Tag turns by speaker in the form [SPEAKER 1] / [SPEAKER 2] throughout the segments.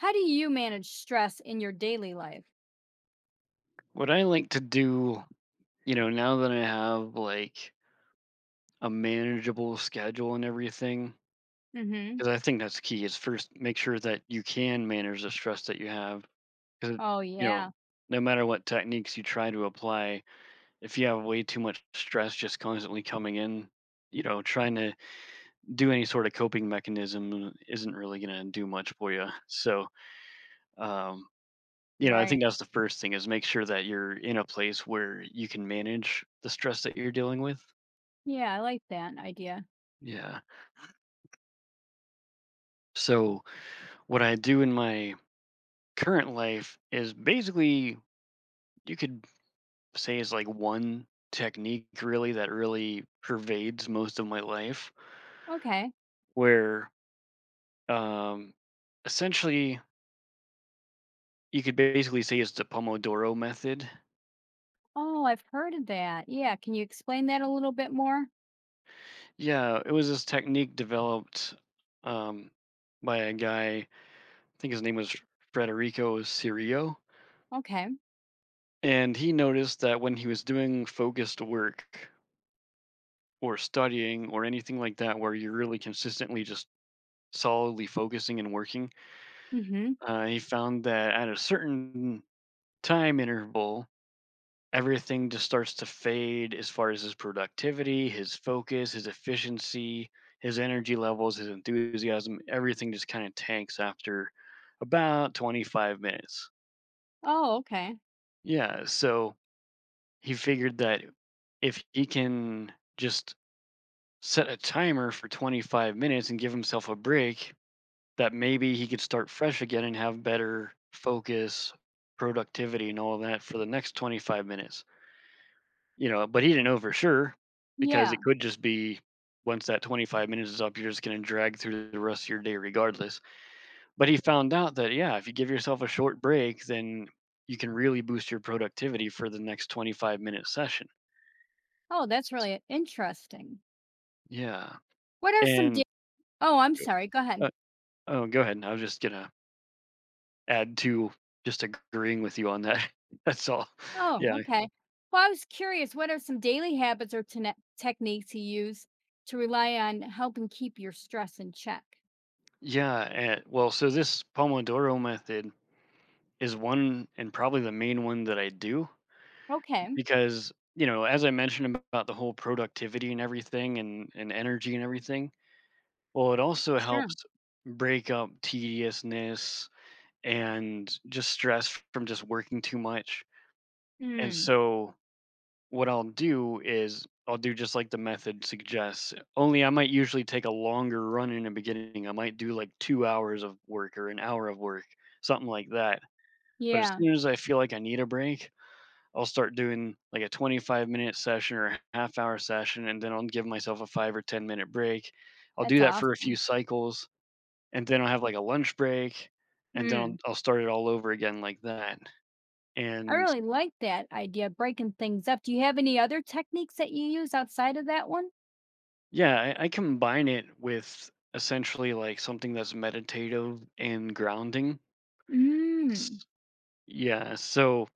[SPEAKER 1] How do you manage stress in your daily life?
[SPEAKER 2] What I like to do, now that I have like a manageable schedule and everything,
[SPEAKER 1] Mhm.
[SPEAKER 2] because I think that's key is first make sure that you can manage the stress that you have. Because,
[SPEAKER 1] Oh,
[SPEAKER 2] you know,
[SPEAKER 1] yeah.
[SPEAKER 2] no matter what techniques you try to apply, if you have way too much stress just constantly coming in, trying to do any sort of coping mechanism isn't really going to do much for you. So, um, I think
[SPEAKER 1] Right.
[SPEAKER 2] that's the first thing is make sure that you're in a place where you can manage the stress that you're dealing with.
[SPEAKER 1] Yeah, I like that idea.
[SPEAKER 2] Yeah. So what I do in my current life is basically you could say is like one technique really that really pervades most of my life
[SPEAKER 1] Okay.
[SPEAKER 2] where um essentially you could basically say it's the Pomodoro method.
[SPEAKER 1] Oh, I've heard of that. Yeah, can you explain that a little bit more?
[SPEAKER 2] Yeah, it was this technique developed um by a guy, I think his name was Frederico Cirio,
[SPEAKER 1] Okay.
[SPEAKER 2] and he noticed that when he was doing focused work or studying or anything like that where you're really consistently just solidly focusing and working.
[SPEAKER 1] Mhm.
[SPEAKER 2] He found that at a certain time interval everything just starts to fade as far as his productivity, his focus, his efficiency, his energy levels, his enthusiasm. Everything just kind of tanks after about 25 minutes.
[SPEAKER 1] Oh, okay.
[SPEAKER 2] Yeah. So he figured that if he can just set a timer for 25 minutes and give himself a break, that maybe he could start fresh again and have better focus, productivity, and all that for the next 25 minutes. You know, but he didn't know for sure because it
[SPEAKER 1] Yeah.
[SPEAKER 2] could just be once that 25 minutes is up, you're just going to drag through the rest of your day regardless. But he found out that, yeah, if you give yourself a short break, then you can really boost your productivity for the next 25-minute session.
[SPEAKER 1] Oh, that's
[SPEAKER 2] S-
[SPEAKER 1] really interesting.
[SPEAKER 2] Yeah.
[SPEAKER 1] What are some da
[SPEAKER 2] And
[SPEAKER 1] Oh, I'm sorry, go ahead.
[SPEAKER 2] uh, oh, go ahead. I was just going to add to just agreeing with you on that. That's all.
[SPEAKER 1] Oh,
[SPEAKER 2] Yeah.
[SPEAKER 1] okay. Well, I was curious, what are some daily habits or tene techniques you use to rely on helping keep your stress in check?
[SPEAKER 2] Yeah, and, well, so this Pomodoro method is one and probably the main one that I do
[SPEAKER 1] Okay.
[SPEAKER 2] because, you know, as I mentioned about the whole productivity and everything, and energy and everything, well, it also
[SPEAKER 1] Sure.
[SPEAKER 2] helps break up tediousness and just stress from just working too much. And
[SPEAKER 1] Mm.
[SPEAKER 2] so what I'll do is I'll do just like the method suggests. Only I might usually take a longer run in the beginning. I might do like 2 hours of work or an hour of work, something like that. But as
[SPEAKER 1] Yeah.
[SPEAKER 2] soon as I feel like I need a break, I'll start doing like a 25-minute session or a half hour session, and then I'll give myself a 5 or 10-minute break. I'll
[SPEAKER 1] That's
[SPEAKER 2] do that for a
[SPEAKER 1] awesome.
[SPEAKER 2] few cycles, and then I'll have like a lunch break, and then I'll,
[SPEAKER 1] Hmm.
[SPEAKER 2] I'll start it all over again like that.
[SPEAKER 1] I
[SPEAKER 2] And
[SPEAKER 1] really like that idea, breaking things up. Do you have any other techniques that you use outside of that one?
[SPEAKER 2] yeah, I combine it with essentially like something that's meditative and grounding.
[SPEAKER 1] Mm.
[SPEAKER 2] S- Yeah, so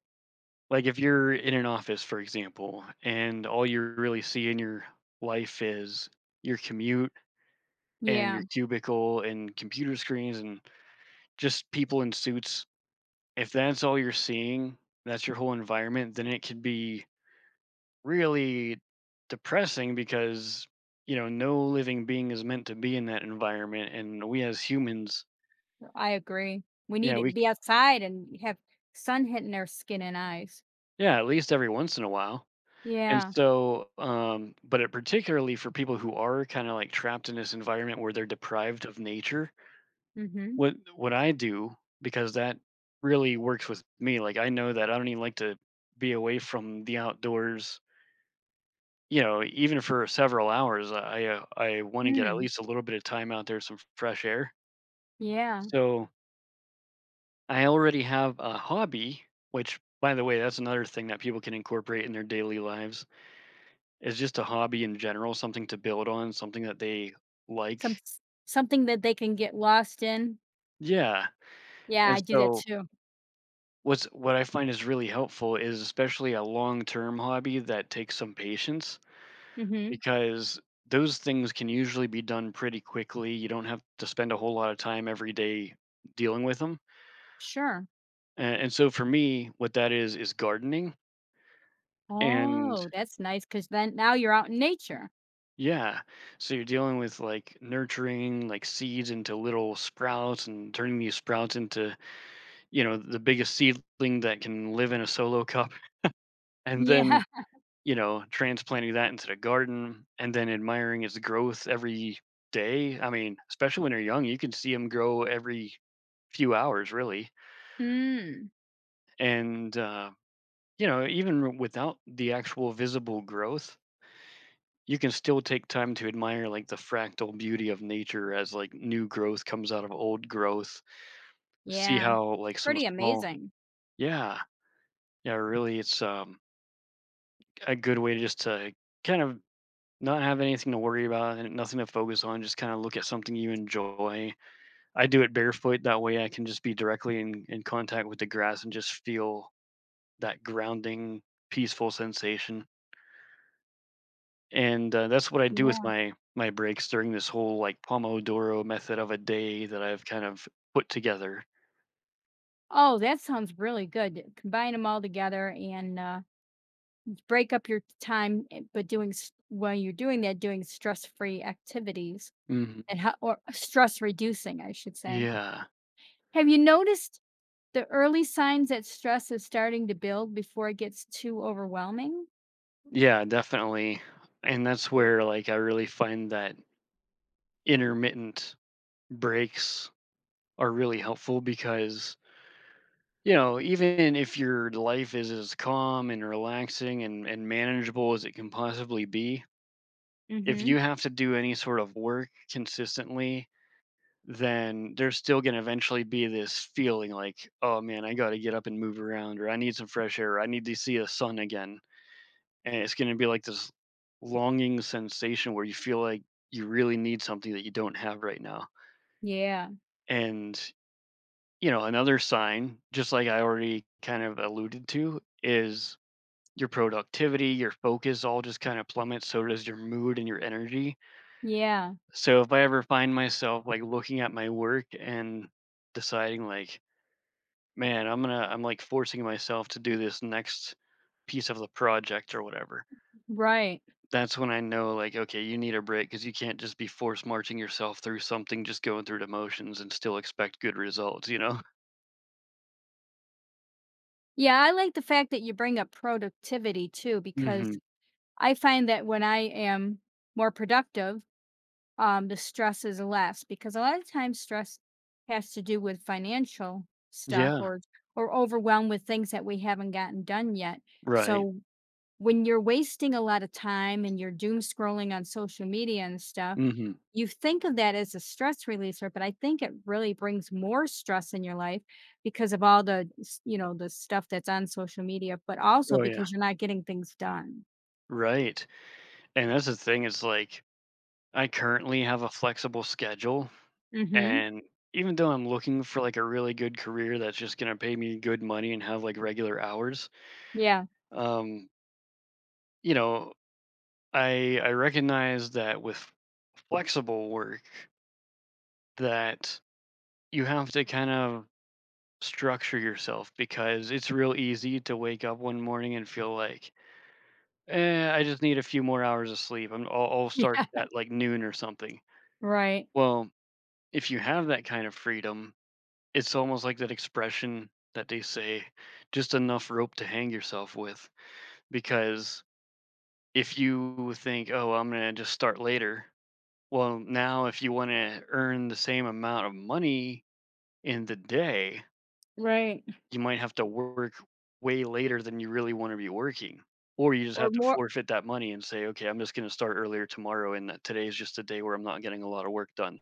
[SPEAKER 2] like if you're in an office, for example, and all you really see in your life is your commute and your
[SPEAKER 1] Yeah,
[SPEAKER 2] cubicle and computer screens and just people in suits, if that's all you're seeing, that's your whole environment, then it could be really depressing because you know no living being is meant to be in that environment and we as humans.
[SPEAKER 1] I agree. We need
[SPEAKER 2] Yeah,
[SPEAKER 1] to
[SPEAKER 2] we.
[SPEAKER 1] be outside and have sun hitting our skin and eyes.
[SPEAKER 2] Yeah, at least every once in a while. And
[SPEAKER 1] Yeah.
[SPEAKER 2] so but it particularly for people who are kind of like trapped in this environment where they're deprived of nature,
[SPEAKER 1] Mhm.
[SPEAKER 2] what I do, because that really works with me. Like, I know that I don't even like to be away from the outdoors, even for several hours. I want to get at
[SPEAKER 1] Mm.
[SPEAKER 2] least a little bit of time out there, some fresh air.
[SPEAKER 1] Yeah.
[SPEAKER 2] So I already have a hobby, which, by the way, that's another thing that people can incorporate in their daily lives. Is just a hobby in general, something to build on, something that they
[SPEAKER 1] Some
[SPEAKER 2] like.
[SPEAKER 1] something that they can get lost in.
[SPEAKER 2] Yeah,
[SPEAKER 1] Yeah,
[SPEAKER 2] and
[SPEAKER 1] I do that
[SPEAKER 2] so
[SPEAKER 1] too.
[SPEAKER 2] what I find is really helpful is especially a long-term hobby that takes some patience
[SPEAKER 1] Mhm.
[SPEAKER 2] because those things can usually be done pretty quickly. You don't have to spend a whole lot of time every day dealing with them.
[SPEAKER 1] Sure.
[SPEAKER 2] And so for me, what that is gardening. And
[SPEAKER 1] Oh, that's nice. Because then now you're out in nature.
[SPEAKER 2] yeah. So you're dealing with like nurturing like seeds into little sprouts and turning these sprouts into, you know, the biggest seedling that can live in a solo cup. And then,
[SPEAKER 1] Yeah.
[SPEAKER 2] you know, transplanting that into the garden and then admiring its growth every day. I mean, especially when they're young, you can see them grow every few hours, really.
[SPEAKER 1] Mm.
[SPEAKER 2] And, you know, even without the actual visible growth, you can still take time to admire like the fractal beauty of nature as like new growth comes out of old growth. See
[SPEAKER 1] Yeah.
[SPEAKER 2] how
[SPEAKER 1] It's
[SPEAKER 2] like some
[SPEAKER 1] pretty
[SPEAKER 2] small.
[SPEAKER 1] amazing.
[SPEAKER 2] Yeah, yeah, really, it's a good way to just to kind of not have anything to worry about and nothing to focus on, just kind of look at something you enjoy. I do it barefoot that way I can just be directly in contact with the grass and just feel that grounding, peaceful sensation. And, that's what I do with
[SPEAKER 1] Yeah.
[SPEAKER 2] my breaks during this whole, like, Pomodoro method of a day that I've kind of put together.
[SPEAKER 1] Oh, that sounds really good. Combine them all together and break up your time, eh, but while you're doing that, doing stress-free activities
[SPEAKER 2] Mhm.
[SPEAKER 1] and how, or stress reducing, I should say.
[SPEAKER 2] Yeah.
[SPEAKER 1] Have you noticed the early signs that stress is starting to build before it gets too overwhelming?
[SPEAKER 2] Yeah, definitely. And that's where, like, I really find that intermittent breaks are really helpful because, even if your life is as calm and relaxing and manageable as it can possibly be, if
[SPEAKER 1] Mm-hmm.
[SPEAKER 2] you have to do any sort of work consistently then there's still going to eventually be this feeling like, oh man, I got to get up and move around, or I need some fresh air, or I need to see the sun again. And it's going to be like this longing sensation where you feel like you really need something that you don't have right now.
[SPEAKER 1] Yeah.
[SPEAKER 2] And, another sign, just like I already kind of alluded to, is your productivity, your focus all just kind of plummets. So does your mood and your energy.
[SPEAKER 1] Yeah.
[SPEAKER 2] So if I ever find myself like looking at my work and deciding like, man, I'm like forcing myself to do this next piece of the project or whatever.
[SPEAKER 1] Right.
[SPEAKER 2] That's when I know like, okay, you need a break because you can't just be force marching yourself through something, just going through the motions and still expect good results, you know?
[SPEAKER 1] Yeah, I like the fact that you bring up productivity too, because
[SPEAKER 2] Hmm.
[SPEAKER 1] I find that when I am more productive, the stress is less because a lot of times stress has to do with financial stuff
[SPEAKER 2] Yeah.
[SPEAKER 1] or overwhelmed with things that we haven't gotten done yet.
[SPEAKER 2] Right.
[SPEAKER 1] So when you're wasting a lot of time and you're doom scrolling on social media and stuff,
[SPEAKER 2] Hmm.
[SPEAKER 1] you think of that as a stress releaser, but I think it really brings more stress in your life because of all the s- you know the stuff that's on social media, but also
[SPEAKER 2] Oh yeah.
[SPEAKER 1] because you're not getting things done.
[SPEAKER 2] Right. And that's the thing, it's like I currently have a flexible schedule
[SPEAKER 1] Mhm.
[SPEAKER 2] and even though I'm looking for like a really good career that's just gonna pay me good money and have like regular hours,
[SPEAKER 1] Yeah.
[SPEAKER 2] um, you know, I recognize that with flexible work that you have to kind of structure yourself because it's real easy to wake up one morning and feel like, eh, I just need a few more hours of sleep. I'll start
[SPEAKER 1] Yeah.
[SPEAKER 2] at like noon or something.
[SPEAKER 1] Right.
[SPEAKER 2] Well, if you have that kind of freedom, it's almost like that expression that they say, just enough rope to hang yourself with. Because if you think, oh, I'm going to just start later, well, now if you want to earn the same amount of money in the day,
[SPEAKER 1] Right.
[SPEAKER 2] you might have to work way later than you really want to be working. Or you just
[SPEAKER 1] Or
[SPEAKER 2] have to
[SPEAKER 1] more
[SPEAKER 2] forfeit that money and say, okay, I'm just going to start earlier tomorrow. And that today is just a day where I'm not getting a lot of work done.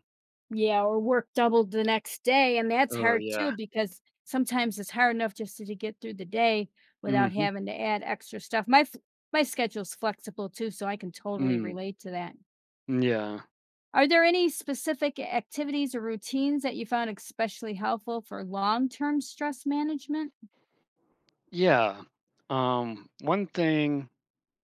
[SPEAKER 1] Yeah, or work double the next day, and that's
[SPEAKER 2] Oh,
[SPEAKER 1] hard too
[SPEAKER 2] yeah.
[SPEAKER 1] because sometimes it's hard enough just to get through the day without
[SPEAKER 2] Hmm.
[SPEAKER 1] having to add extra stuff. My schedule's flexible too, so I can totally
[SPEAKER 2] Mm,
[SPEAKER 1] relate to that.
[SPEAKER 2] yeah.
[SPEAKER 1] Are there any specific activities or routines that you found especially helpful for long-term stress management?
[SPEAKER 2] Yeah. One thing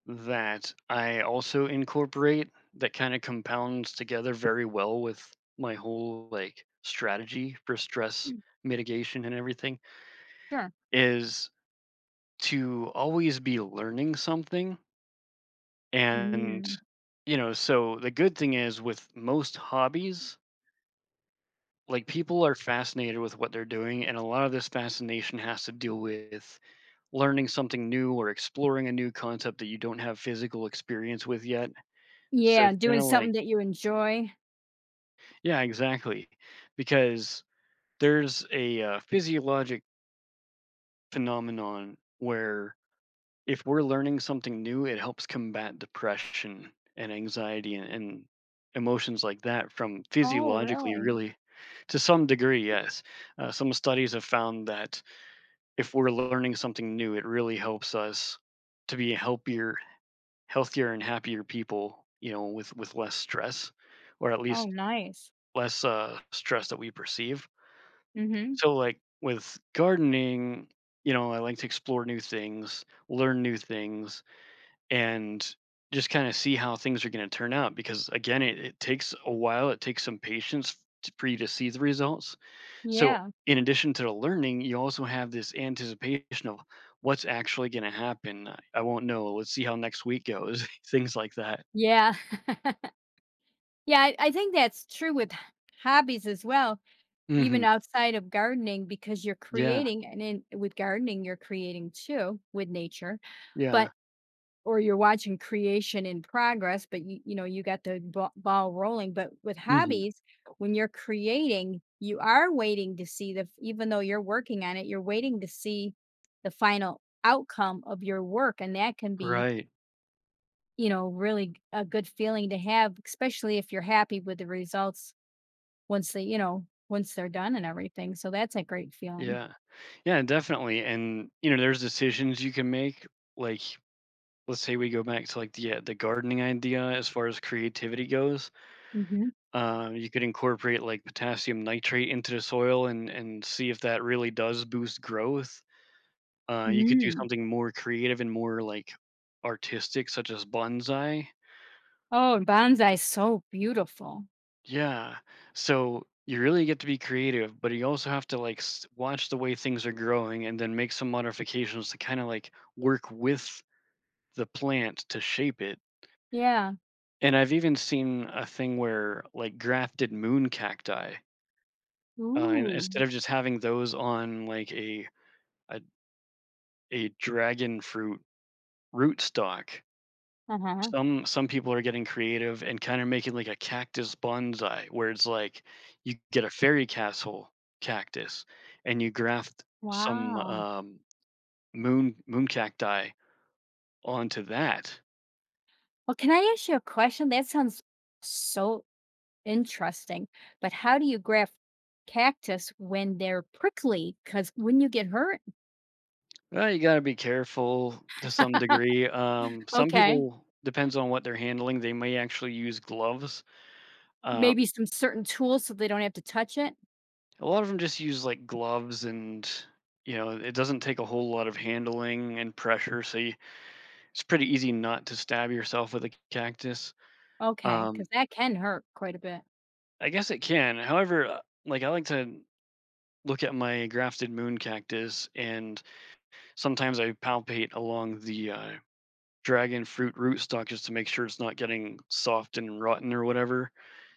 [SPEAKER 2] that I also incorporate that kind of compounds together very well with my whole like strategy for stress
[SPEAKER 1] Mm,
[SPEAKER 2] mitigation and everything
[SPEAKER 1] sure.
[SPEAKER 2] is to always be learning something. And
[SPEAKER 1] Mm.
[SPEAKER 2] you know so the good thing is with most hobbies, like, people are fascinated with what they're doing and a lot of this fascination has to do with learning something new or exploring a new concept that you don't have physical experience with yet. So
[SPEAKER 1] Yeah,
[SPEAKER 2] it's kind
[SPEAKER 1] doing
[SPEAKER 2] of
[SPEAKER 1] something
[SPEAKER 2] like
[SPEAKER 1] that you enjoy.
[SPEAKER 2] yeah, exactly. Because there's a physiologic phenomenon where if we're learning something new, it helps combat depression and anxiety and emotions like that from
[SPEAKER 1] Oh,
[SPEAKER 2] physiologically,
[SPEAKER 1] really?
[SPEAKER 2] really, to some degree, yes. Some studies have found that if we're learning something new, it really helps us to be healthier, healthier and happier people, you know, with less stress. Or at
[SPEAKER 1] Oh,
[SPEAKER 2] least
[SPEAKER 1] nice.
[SPEAKER 2] less stress that we perceive.
[SPEAKER 1] Mhm.
[SPEAKER 2] So like with gardening, you know, I like to explore new things, learn new things, and just kind of see how things are going to turn out. Because again, it takes a while. It takes some patience to, for you to see the results. So
[SPEAKER 1] Yeah.
[SPEAKER 2] in addition to the learning, you also have this anticipation of what's actually going to happen. I won't know. Let's see how next week goes. Things like that.
[SPEAKER 1] Yeah. Yeah, I think that's true with h hobbies as well, even
[SPEAKER 2] Hmm.
[SPEAKER 1] outside of gardening because you're
[SPEAKER 2] Yeah.
[SPEAKER 1] creating and then with gardening, you're creating too with nature, but
[SPEAKER 2] Yeah.
[SPEAKER 1] or you're watching creation in progress, but you know, you got the ba ball rolling, but with
[SPEAKER 2] Hmm.
[SPEAKER 1] hobbies, when you're creating, you are waiting to see the f even though you're working on it, you're waiting to see the final outcome of your work, and that can be,
[SPEAKER 2] Right.
[SPEAKER 1] you know, really a good feeling to have, especially if you're happy with the results once they're done and everything, so that's a great feeling.
[SPEAKER 2] Yeah. Yeah, definitely. And you know, there's decisions you can make. Like, let's say we go back to like the gardening idea as far as creativity goes.
[SPEAKER 1] Mhm.
[SPEAKER 2] You could incorporate like potassium nitrate into the soil and see if that really does boost growth. You could do
[SPEAKER 1] Mm.
[SPEAKER 2] something more creative and more like artistic, such as bonsai.
[SPEAKER 1] Oh, and bonsai so beautiful.
[SPEAKER 2] Yeah. So you really get to be creative, but you also have to like watch the way things are growing and then make some modifications to kind of like work with the plant to shape it.
[SPEAKER 1] Yeah.
[SPEAKER 2] And I've even seen a thing where like grafted moon cacti, and
[SPEAKER 1] Ooh.
[SPEAKER 2] instead of just having those on like a, a dragon fruit rootstock,
[SPEAKER 1] Uh-huh.
[SPEAKER 2] some people are getting creative and kind of making like a cactus bonsai, where it's like you get a fairy castle cactus, and you graft some
[SPEAKER 1] Wow.
[SPEAKER 2] moon cacti onto that,
[SPEAKER 1] Well, can I ask you a question? That sounds so interesting, but how do you graft cactus when they're prickly? 'Cause wouldn't you get hurt?
[SPEAKER 2] well, you gotta be careful to some degree. Some
[SPEAKER 1] Okay.
[SPEAKER 2] people depends on what they're handling, they may actually use gloves. Um,
[SPEAKER 1] Maybe some certain tools so they don't have to touch it?
[SPEAKER 2] a lot of them just use, like, gloves and, it doesn't take a whole lot of handling and pressure, so you it's pretty easy not to stab yourself with a cactus.
[SPEAKER 1] Okay.
[SPEAKER 2] Um,
[SPEAKER 1] Because that can hurt quite a bit.
[SPEAKER 2] I guess it can. However, like, I like to look at my grafted moon cactus, and sometimes I palpate along the dragon fruit rootstock just to make sure it's not getting soft and rotten or whatever.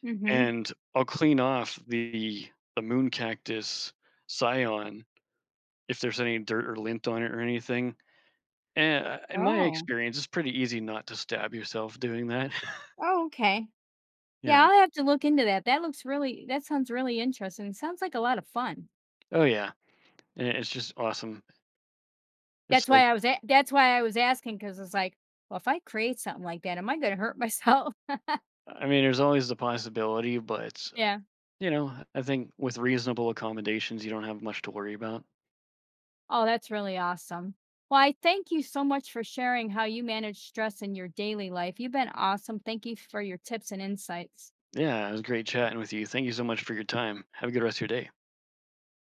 [SPEAKER 1] Mhm.
[SPEAKER 2] And I'll clean off the moon cactus scion if there's any dirt or lint on it or anything. And in my
[SPEAKER 1] Oh.
[SPEAKER 2] experience, it's pretty easy not to stab yourself doing that.
[SPEAKER 1] Oh, okay. Yeah,
[SPEAKER 2] Yeah.
[SPEAKER 1] I'll have to look into that. That looks really That sounds really interesting. It sounds like a lot of fun.
[SPEAKER 2] Oh yeah. And it's just awesome. It's like
[SPEAKER 1] That's why I was asking 'cause it's like, well, if I create something like that, am I gonna hurt myself?
[SPEAKER 2] I mean, there's always the possibility, but
[SPEAKER 1] Yeah.
[SPEAKER 2] you know, I think with reasonable accommodations, you don't have much to worry about.
[SPEAKER 1] Oh, that's really awesome. Well, I thank you so much for sharing how you manage stress in your daily life. You've been awesome. Thank you for your tips and insights.
[SPEAKER 2] Yeah, it was great chatting with you. Thank you so much for your time. Have a good rest of your day.